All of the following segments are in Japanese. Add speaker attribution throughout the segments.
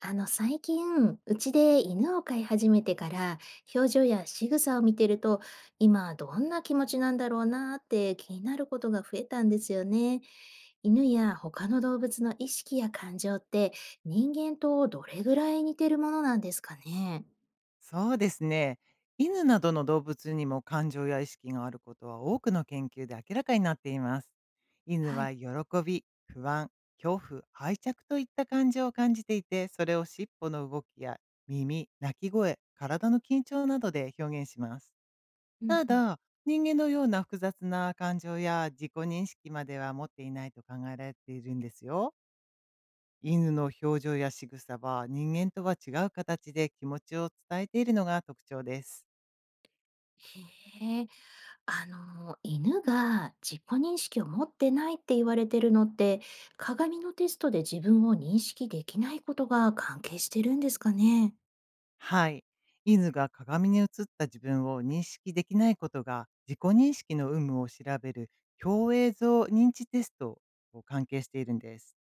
Speaker 1: 最近、うちで犬を飼い始めてから、表情や仕草を見てると、今どんな気持ちなんだろうなーって気になることが増えたんですよね。犬や他の動物の意識や感情って、人間とどれぐらい似てるものなんですかね。
Speaker 2: そうですね。犬などの動物にも感情や意識があることは多くの研究で明らかになっています。犬
Speaker 1: はい。
Speaker 2: は喜び、不安、恐怖、愛着といった感情を感じていて、それを尻尾の動きや耳、鳴き声、体の緊張などで表現します。
Speaker 1: うん
Speaker 2: た
Speaker 1: うん。
Speaker 2: だ、人間のような複雑な感情や自己認識までは持っていないと考えられているんですよ。犬の表情や仕草は人間とは違う形で気持ちを伝えているのが特徴です。
Speaker 1: へえ、犬が自己認識を持ってないって言われてるのって、鏡のテストで自分を認識できないことが関係してるんですかね。
Speaker 2: はい。犬が鏡に映った自分を認識できないことが、自己認識の有無を調べる共映像認知テストを関係しているんです。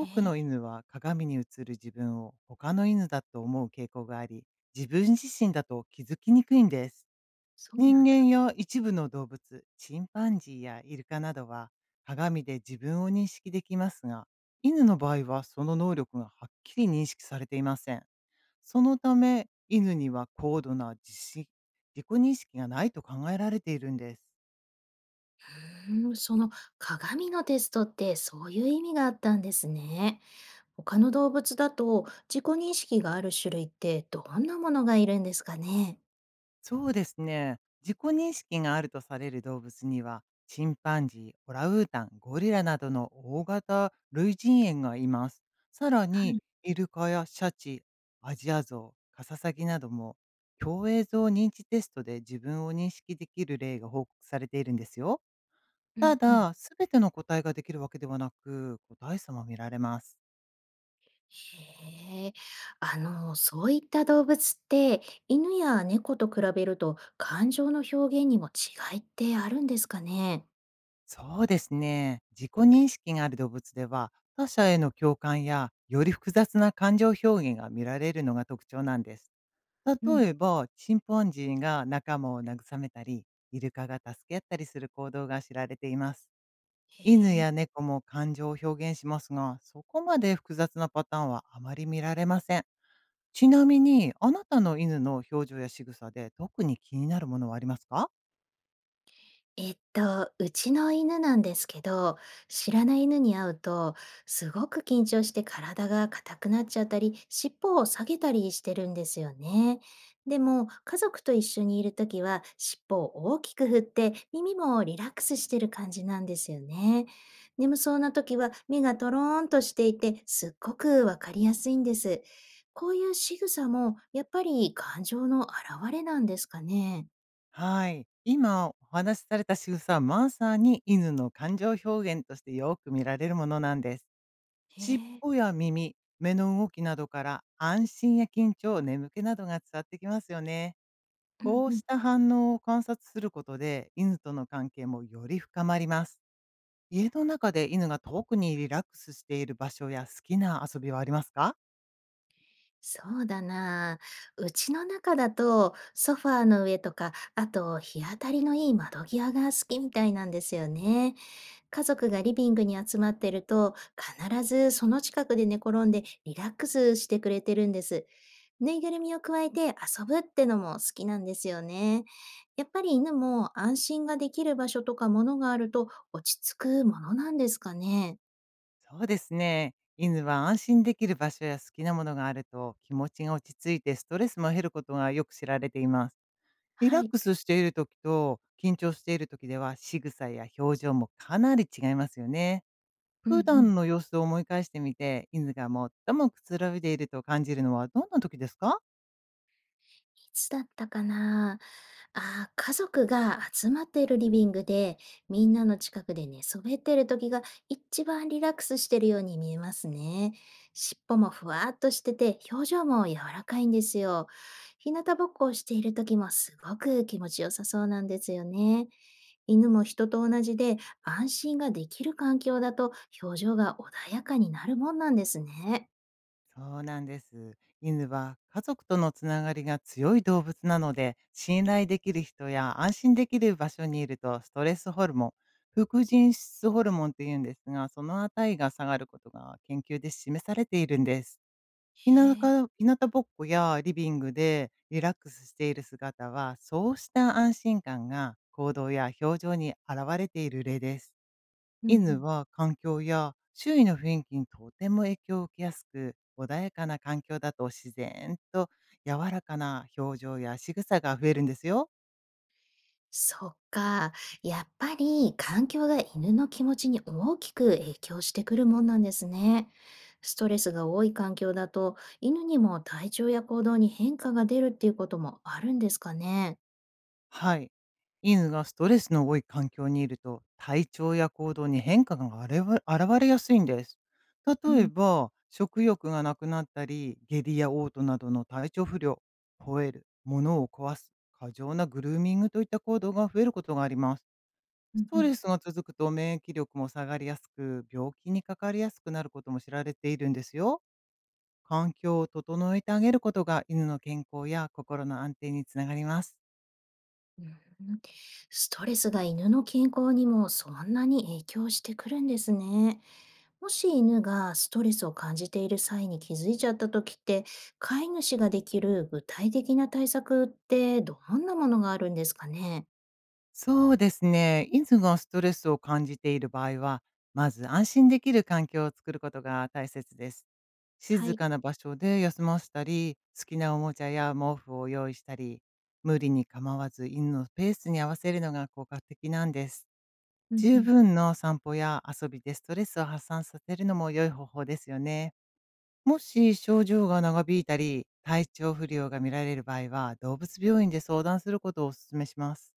Speaker 1: え
Speaker 2: くの
Speaker 1: え、
Speaker 2: 犬は鏡に映る自分を他の犬だと思う傾向があり、自分自身だと気づきにくいんです。
Speaker 1: そうな
Speaker 2: 人
Speaker 1: んだ。
Speaker 2: 間や一部の動物、チンパンジーやイルカなどは鏡で自分を認識できますが、犬の場合はその能力がはっきり認識されていません。そのため、犬には高度な自識自己認識がないと考えられているんです。
Speaker 1: うーん、その鏡のテストってそういう意味があったんですね。他の動物だと自己認識がある種類ってどんなものがいるんですかね。
Speaker 2: そうですね。自己認識があるとされる動物には、チンパンジー、オランウータン、ゴリラなどの大型類人猿がいます。さら
Speaker 1: は
Speaker 2: に、
Speaker 1: い。
Speaker 2: イルカやシャチ、アジアゾウ、カササギなども、共栄像認知テストで自分を認識できる例が報告されているんですよ。
Speaker 1: うん
Speaker 2: た
Speaker 1: うん。
Speaker 2: だ、すべての個体ができるわけではなく、個体差も見られます。
Speaker 1: へえ。そういった動物って犬や猫と比べると感情の表現にも違いってあるんですかね。
Speaker 2: そうですね。自己認識がある動物では、他者への共感や、より複雑な感情表現が見られるのが特徴なんです。
Speaker 1: う
Speaker 2: 例
Speaker 1: ん。
Speaker 2: えば、チンパンジーが仲間を慰めたり、イルカが助け合ったりする行動が知られています。犬
Speaker 1: へえ。
Speaker 2: や猫も感情を表現しますが、そこまで複雑なパターンはあまり見られません。ちなみに、あなたの犬の表情や仕草で特に気になるものはありますか？
Speaker 1: うちの犬なんですけど、知らない犬に会うと、すごく緊張して体が硬くなっちゃったり、尻尾を下げたりしてるんですよね。でも、家族と一緒にいるときは、尻尾を大きく振って、耳もリラックスしてる感じなんですよね。眠そうなときは、目がトローンとしていて、すっごくわかりやすいんです。こういう仕草も、やっぱり感情の表れなんですかね。
Speaker 2: はい。今お話しされた仕草は、まさに犬の感情表現としてよく見られるものなんです。
Speaker 1: へ
Speaker 2: 尻
Speaker 1: え。
Speaker 2: 尾や耳、目の動きなどから安心や緊張、眠気などが伝わってきますよね。
Speaker 1: うん
Speaker 2: こう
Speaker 1: うん。
Speaker 2: した反応を観察することで、犬との関係もより深まります。家の中で犬が特にリラックスしている場所や好きな遊びはありますか？
Speaker 1: そうだなあ。うちの中だとソファーの上とか、あと日当たりのいい窓際が好きみたいなんですよね。家族がリビングに集まってると、必ずその近くで寝転んでリラックスしてくれてるんです。ぬいぐるみを加えて遊ぶってのも好きなんですよね。やっぱり犬も安心ができる場所とかものがあると落ち着くものなんですかね。
Speaker 2: そうですね。犬は安心できる場所や好きなものがあると、気持ちが落ち着いてストレスも減ることがよく知られています。リラ
Speaker 1: は
Speaker 2: ッ
Speaker 1: い。
Speaker 2: クスしている時と緊張している時では、仕草や表情もかなり違いますよね。
Speaker 1: うんう
Speaker 2: 普
Speaker 1: ん。
Speaker 2: 段の様子を思い返してみて、犬が最もくつろいでいると感じるのはどんな時ですか？
Speaker 1: いつだったかな。ああ、家族が集まっているリビングで、みんなの近くで寝そべっている時が一番リラックスしているように見えますね。尻尾もふわっとしてて、表情も柔らかいんですよ。日向ぼっこをしている時もすごく気持ちよさそうなんですよね。犬も人と同じで、安心ができる環境だと表情が穏やかになるもんなんですね。
Speaker 2: そうなんです。犬は家族とのつながりが強い動物なので、信頼できる人や安心できる場所にいると、ストレスホルモン、副腎質ホルモンというんですが、その値が下がることが研究で示されているんです。日
Speaker 1: へ
Speaker 2: 向か
Speaker 1: え。
Speaker 2: 日向ぼっこやリビングでリラックスしている姿は、そうした安心感が行動や表情に現れている例です。
Speaker 1: うんう
Speaker 2: 犬
Speaker 1: ん。
Speaker 2: は環境や周囲の雰囲気にとても影響を受けやすく、穏やかな環境だと自然と柔らかな表情や仕草が増えるんですよ。
Speaker 1: そっか。やっぱり環境が犬の気持ちに大きく影響してくるもんなんですね。ストレスが多い環境だと犬にも体調や行動に変化が出るっていうこともあるんですかね。
Speaker 2: はい。犬がストレスの多い環境にいると、体調や行動に変化が現れ現れやすいんです。
Speaker 1: う
Speaker 2: 例え
Speaker 1: ん、
Speaker 2: ば、食欲がなくなったり、下痢や嘔吐などの体調不良、吠える、物を壊す、過剰なグルーミングといった行動が増えることがあります。
Speaker 1: う
Speaker 2: ス
Speaker 1: んう
Speaker 2: ト
Speaker 1: ん、
Speaker 2: レスが続くと免疫力も下がりやすく、病気にかかりやすくなることも知られているんですよ。環境を整えてあげることが、犬の健康や心の安定につながります。
Speaker 1: うん、ストレスが犬の健康にもそんなに影響してくるんですね。もし犬がストレスを感じている際に気づいちゃった時って、飼い主ができる具体的な対策ってどんなものがあるんですかね。
Speaker 2: そうですね。犬がストレスを感じている場合は、まず安心できる環境を作ることが大切です。
Speaker 1: は
Speaker 2: 静
Speaker 1: い。
Speaker 2: かな場所で休ませたり、好きなおもちゃや毛布を用意したり、無理に構わず犬のペースに合わせるのが効果的なんです。
Speaker 1: うんう
Speaker 2: 十
Speaker 1: ん。
Speaker 2: 分の散歩や遊びでストレスを発散させるのも良い方法ですよね。もし症状が長引いたり、体調不良が見られる場合は、動物病院で相談することをお勧めします。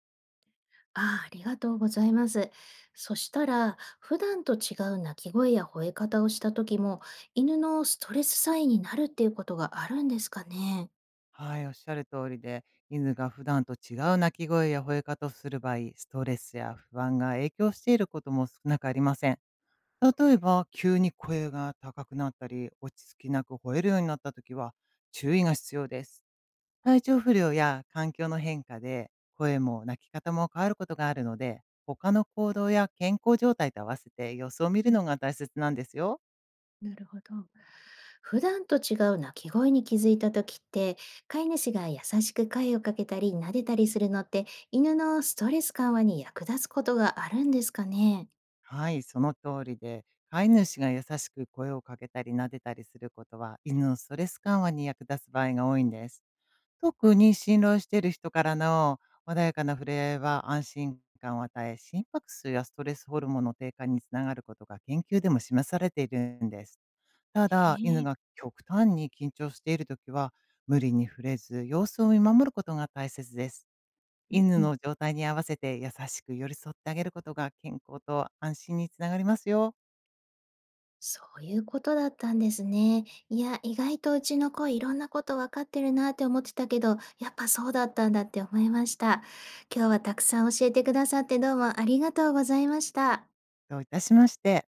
Speaker 1: ああ、ありがとうございます。そしたら、普段と違う鳴き声や吠え方をした時も、犬のストレスサインになるっていうことがあるんですかね。
Speaker 2: はい、おっしゃる通りで、犬が普段と違う鳴き声や吠え方をする場合、ストレスや不安が影響していることも少なくありません。例えば、急に声が高くなったり、落ち着きなく吠えるようになった時は、注意が必要です。体調不良や環境の変化で声も泣き方も変わることがあるので、他の行動や健康状態と合わせて様子を見
Speaker 1: う
Speaker 2: る
Speaker 1: ん、
Speaker 2: のが大切なんですよ。
Speaker 1: なるほど。普段と違う鳴き声に気づいた時って、飼い主が優しく声をかけたり撫でたりするのって犬のストレス緩和に役立つことがあるんですかね。
Speaker 2: はい、その通りで、飼い主が優しく声をかけたり撫でたりすることは、犬のストレス緩和に役立つ場合が多いんです。特に信頼している人からの穏やかな触れ合いは安心感を与え、心拍数やストレスホルモンの低下につながることが研究でも示されているんです。た
Speaker 1: へ
Speaker 2: だ、犬
Speaker 1: え、
Speaker 2: が極端に緊張しているときは、無理に触れず、様子を見守ることが大切です。
Speaker 1: うん
Speaker 2: 犬
Speaker 1: うん。
Speaker 2: の状態に合わせて優しく寄り添ってあげることが、健康と安心につながりますよ。
Speaker 1: そういうことだったんですね。いや、意外とうちの子いろんなこと分かってるなって思ってたけど、やっぱそうだったんだって思いました。今日はたくさん教えてくださってどうもありがとうございました。
Speaker 2: どういたしまして。